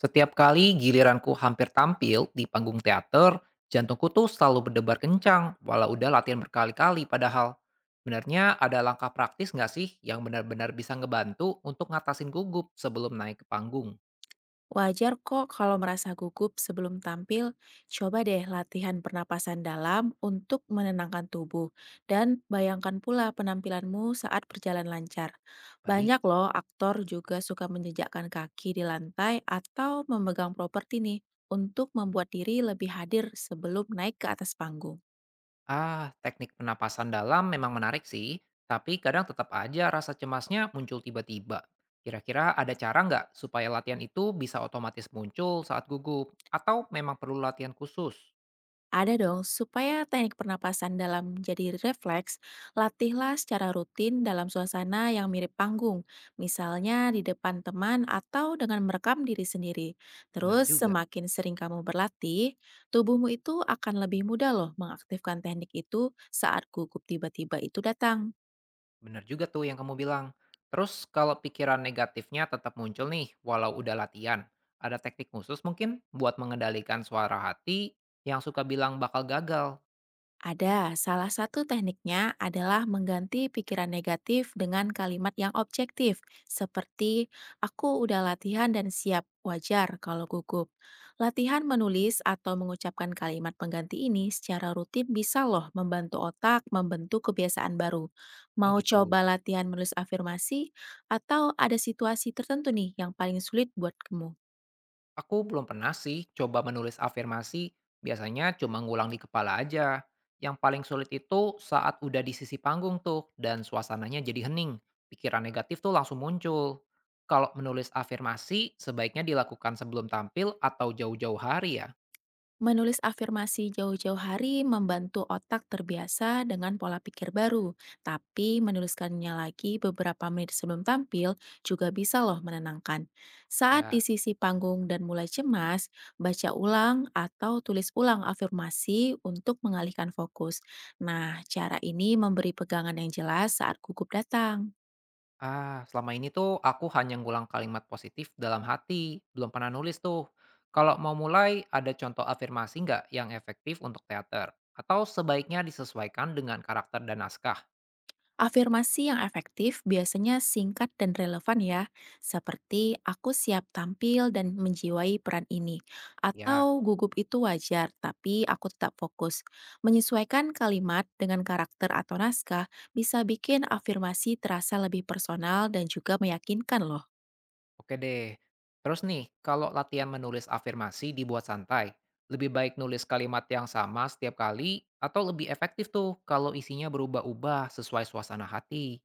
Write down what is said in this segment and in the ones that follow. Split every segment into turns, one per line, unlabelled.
Setiap kali giliranku hampir tampil di panggung teater, jantungku tuh selalu berdebar kencang walau udah latihan berkali-kali padahal. Sebenarnya ada langkah praktis nggak sih yang benar-benar bisa ngebantu untuk ngatasin gugup sebelum naik ke panggung?
Wajar kok kalau merasa gugup sebelum tampil. Coba deh latihan pernapasan dalam untuk menenangkan tubuh dan bayangkan pula penampilanmu saat berjalan lancar.
Baik.
Banyak loh aktor juga suka menjejakkan kaki di lantai atau memegang properti nih untuk membuat diri lebih hadir sebelum naik ke atas panggung.
Ah, teknik penapasan dalam memang menarik sih, tapi kadang tetap aja rasa cemasnya muncul tiba-tiba. Kira-kira ada cara nggak supaya latihan itu bisa otomatis muncul saat gugup? Atau memang perlu latihan khusus?
Ada dong, supaya teknik pernapasan dalam jadi refleks, latihlah secara rutin dalam suasana yang mirip panggung, misalnya di depan teman atau dengan merekam diri sendiri.
Bener
Terus,
juga.
semakin sering kamu berlatih, tubuhmu itu akan lebih mudah loh mengaktifkan teknik itu saat gugup tiba-tiba itu datang.
Bener juga tuh yang kamu bilang. Terus kalau pikiran negatifnya tetap muncul nih, walau udah latihan, ada teknik khusus mungkin buat mengendalikan suara hati yang suka bilang bakal gagal.
Ada, salah satu tekniknya adalah mengganti pikiran negatif dengan kalimat yang objektif, seperti "aku udah latihan dan siap, wajar kalau gugup." Latihan menulis atau mengucapkan kalimat pengganti ini secara rutin bisa loh membantu otak membentuk kebiasaan baru.
Oh
Mau coba
gitu.
latihan menulis afirmasi atau ada situasi tertentu nih yang paling sulit buat kamu?
Aku belum pernah sih coba menulis afirmasi, biasanya cuma ngulang di kepala aja. Yang paling sulit itu saat udah di sisi panggung tuh, dan suasananya jadi hening. Pikiran negatif tuh langsung muncul. Kalau menulis afirmasi, sebaiknya dilakukan sebelum tampil atau jauh-jauh hari ya.
Menulis afirmasi jauh-jauh hari membantu otak terbiasa dengan pola pikir baru, tapi menuliskannya lagi beberapa menit sebelum tampil juga bisa loh menenangkan. Saat
Ya.
di sisi panggung dan mulai cemas, baca ulang atau tulis ulang afirmasi untuk mengalihkan fokus. Nah, cara ini memberi pegangan yang jelas saat gugup datang.
Ah, selama ini tuh aku hanya ngulang kalimat positif dalam hati, belum pernah nulis tuh. Kalau mau mulai, ada contoh afirmasi nggak yang efektif untuk teater? Atau sebaiknya disesuaikan dengan karakter dan naskah?
Afirmasi yang efektif biasanya singkat dan relevan ya, seperti aku siap tampil dan menjiwai peran ini,
Ya,
atau gugup itu wajar tapi aku tetap fokus. Menyesuaikan kalimat dengan karakter atau naskah bisa bikin afirmasi terasa lebih personal dan juga meyakinkan loh.
oke deh. Terus nih, kalau latihan menulis afirmasi dibuat santai, lebih baik nulis kalimat yang sama setiap kali, atau lebih efektif tuh kalau isinya berubah-ubah sesuai suasana hati?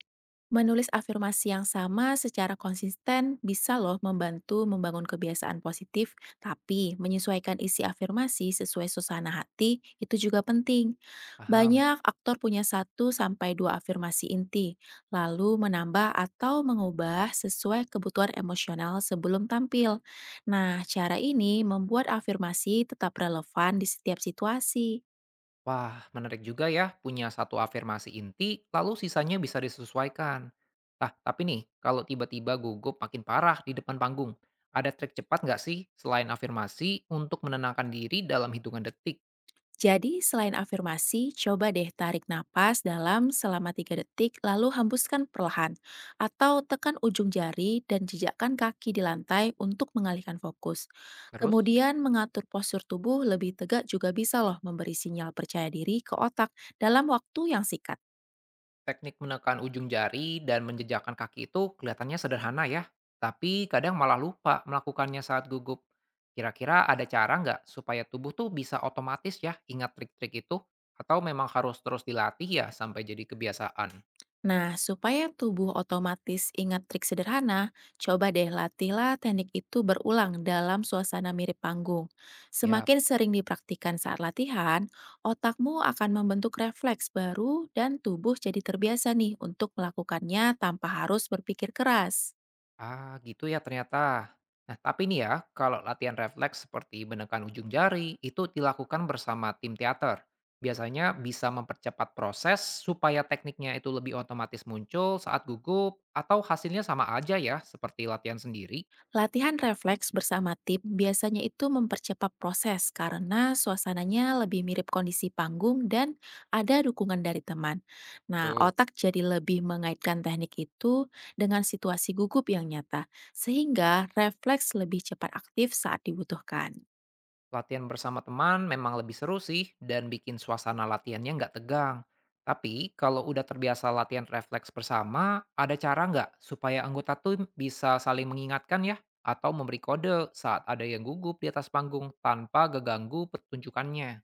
Menulis afirmasi yang sama secara konsisten bisa loh membantu membangun kebiasaan positif, tapi menyesuaikan isi afirmasi sesuai suasana hati itu juga penting.
Paham?
Banyak aktor punya satu sampai dua afirmasi inti, lalu menambah atau mengubah sesuai kebutuhan emosional sebelum tampil. Nah, cara ini membuat afirmasi tetap relevan di setiap situasi.
Wah, menarik juga ya punya satu afirmasi inti, lalu sisanya bisa disesuaikan. Nah, tapi nih, kalau tiba-tiba gugup makin parah di depan panggung, ada trik cepat nggak sih selain afirmasi untuk menenangkan diri dalam hitungan detik?
Jadi, selain afirmasi, coba deh tarik napas dalam selama 3 detik, lalu hembuskan perlahan. Atau tekan ujung jari dan jejakkan kaki di lantai untuk mengalihkan fokus.
Terus,
Kemudian, mengatur postur tubuh lebih tegak juga bisa loh memberi sinyal percaya diri ke otak dalam waktu yang singkat.
teknik menekan ujung jari dan menjejakkan kaki itu kelihatannya sederhana ya, tapi kadang malah lupa melakukannya saat gugup. Kira-kira ada cara nggak supaya tubuh tuh bisa otomatis ya ingat trik-trik itu? Atau memang harus terus dilatih ya sampai jadi kebiasaan?
Nah, supaya tubuh otomatis ingat trik sederhana, coba deh latihlah teknik itu berulang dalam suasana mirip panggung.
Siap.
Semakin sering dipraktikkan saat latihan, otakmu akan membentuk refleks baru dan tubuh jadi terbiasa nih untuk melakukannya tanpa harus berpikir keras.
Ah, gitu ya ternyata. Nah, tapi nih ya, kalau latihan refleks seperti menekan ujung jari itu dilakukan bersama tim teater. Biasanya bisa mempercepat proses supaya tekniknya itu lebih otomatis muncul saat gugup atau hasilnya sama aja ya seperti latihan sendiri.
Latihan refleks bersama tim biasanya itu mempercepat proses karena suasananya lebih mirip kondisi panggung dan ada dukungan dari teman. Nah,
Tuh.
otak jadi lebih mengaitkan teknik itu dengan situasi gugup yang nyata, sehingga refleks lebih cepat aktif saat dibutuhkan.
Latihan bersama teman memang lebih seru sih dan bikin suasana latihannya nggak tegang. Tapi kalau udah terbiasa latihan refleks bersama, ada cara nggak supaya anggota tim bisa saling mengingatkan ya? Atau memberi kode saat ada yang gugup di atas panggung tanpa geganggu pertunjukannya?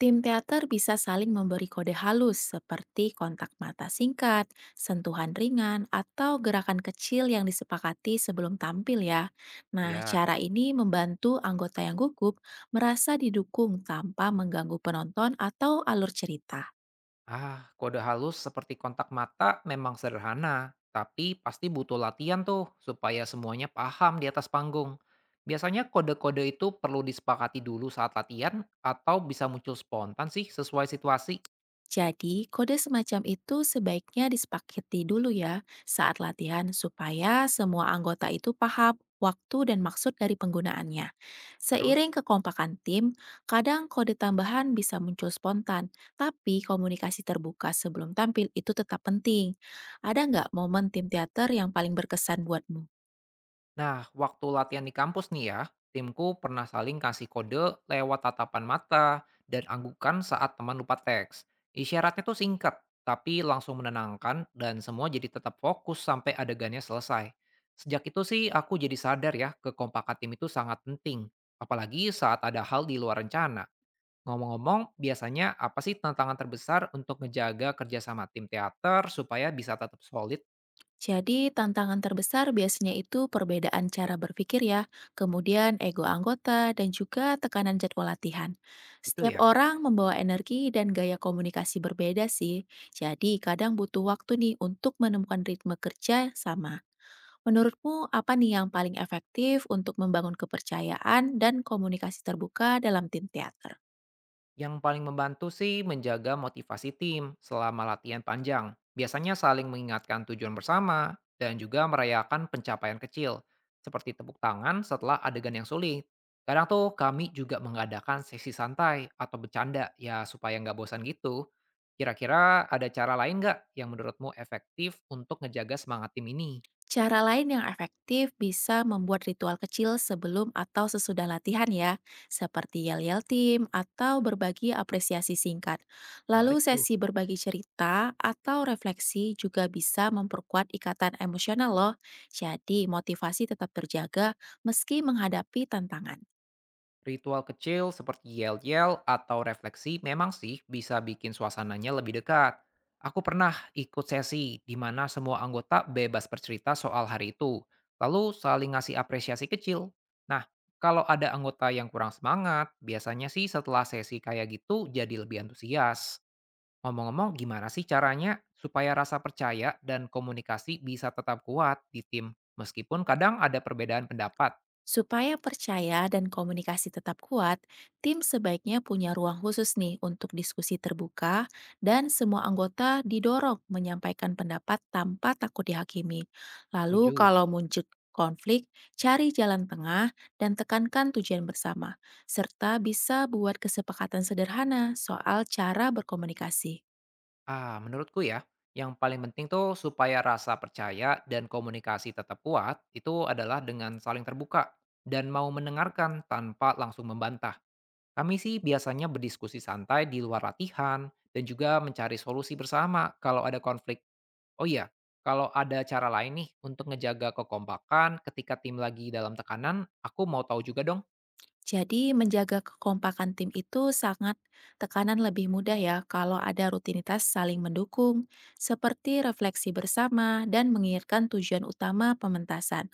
Tim teater bisa saling memberi kode halus seperti kontak mata singkat, sentuhan ringan, atau gerakan kecil yang disepakati sebelum tampil ya. Nah,
Ya.
cara ini membantu anggota yang gugup merasa didukung tanpa mengganggu penonton atau alur cerita.
Ah, kode halus seperti kontak mata memang sederhana, tapi pasti butuh latihan tuh supaya semuanya paham di atas panggung. Biasanya kode-kode itu perlu disepakati dulu saat latihan atau bisa muncul spontan sih sesuai situasi.
Jadi, kode semacam itu sebaiknya disepakati dulu ya saat latihan supaya semua anggota itu paham waktu dan maksud dari penggunaannya.
Terus?
Seiring kekompakan tim, kadang kode tambahan bisa muncul spontan, tapi komunikasi terbuka sebelum tampil itu tetap penting. Ada nggak momen tim teater yang paling berkesan buatmu?
Nah, waktu latihan di kampus nih ya, timku pernah saling kasih kode lewat tatapan mata dan anggukan saat teman lupa teks. Isyaratnya tuh singkat, tapi langsung menenangkan dan semua jadi tetap fokus sampai adegannya selesai. Sejak itu sih aku jadi sadar ya, kekompakan tim itu sangat penting. Apalagi saat ada hal di luar rencana. Ngomong-ngomong, biasanya apa sih tantangan terbesar untuk ngejaga kerjasama tim teater supaya bisa tetap solid
Jadi, tantangan terbesar biasanya itu perbedaan cara berpikir ya, kemudian ego anggota dan juga tekanan jadwal latihan.
itu
Setiap
ya?
orang membawa energi dan gaya komunikasi berbeda sih, jadi kadang butuh waktu nih untuk menemukan ritme kerja sama. Menurutmu apa nih yang paling efektif untuk membangun kepercayaan dan komunikasi terbuka dalam tim teater?
Yang paling membantu sih menjaga motivasi tim selama latihan panjang. Biasanya saling mengingatkan tujuan bersama dan juga merayakan pencapaian kecil, seperti tepuk tangan setelah adegan yang sulit. Kadang tuh kami juga mengadakan sesi santai atau bercanda ya supaya nggak bosan gitu. Kira-kira ada cara lain nggak yang menurutmu efektif untuk ngejaga semangat tim ini?
Cara lain yang efektif bisa membuat ritual kecil sebelum atau sesudah latihan ya, seperti yel-yel tim atau berbagi apresiasi singkat. Lalu
Menarik tuh.
sesi berbagi cerita atau refleksi juga bisa memperkuat ikatan emosional loh. Jadi motivasi tetap terjaga meski menghadapi tantangan.
Ritual kecil seperti yel-yel atau refleksi memang sih bisa bikin suasananya lebih dekat. Aku pernah ikut sesi di mana semua anggota bebas bercerita soal hari itu, lalu saling ngasih apresiasi kecil. Nah, kalau ada anggota yang kurang semangat, biasanya sih setelah sesi kayak gitu jadi lebih antusias. Ngomong-ngomong, gimana sih caranya supaya rasa percaya dan komunikasi bisa tetap kuat di tim, meskipun kadang ada perbedaan pendapat?
Supaya percaya dan komunikasi tetap kuat, tim sebaiknya punya ruang khusus nih untuk diskusi terbuka dan semua anggota didorong menyampaikan pendapat tanpa takut dihakimi. Lalu
Setuju.
kalau muncul konflik, cari jalan tengah dan tekankan tujuan bersama, serta bisa buat kesepakatan sederhana soal cara berkomunikasi.
Ah, menurutku ya, yang paling penting tuh supaya rasa percaya dan komunikasi tetap kuat itu adalah dengan saling terbuka dan mau mendengarkan tanpa langsung membantah. Kami sih biasanya berdiskusi santai di luar latihan dan juga mencari solusi bersama kalau ada konflik. Oh iya, kalau ada cara lain nih untuk ngejaga kekompakan ketika tim lagi dalam tekanan, aku mau tahu juga dong.
Jadi menjaga kekompakan tim itu sangat tekanan lebih mudah ya kalau ada rutinitas saling mendukung, seperti refleksi bersama dan mengingatkan tujuan utama pementasan.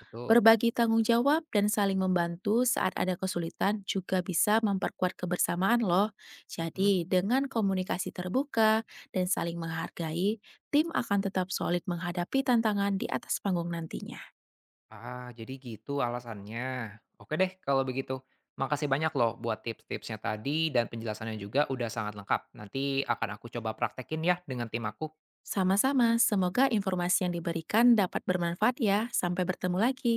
Betul.
Berbagi tanggung jawab dan saling membantu saat ada kesulitan juga bisa memperkuat kebersamaan loh.
Mm-mm.
Jadi dengan komunikasi terbuka dan saling menghargai, tim akan tetap solid menghadapi tantangan di atas panggung nantinya.
Ah, jadi gitu alasannya. Oke deh kalau begitu. Makasih banyak loh buat tips-tipsnya tadi dan penjelasannya juga udah sangat lengkap. Nanti akan aku coba praktekin ya dengan tim aku.
Sama-sama, semoga informasi yang diberikan dapat bermanfaat ya. Sampai bertemu lagi.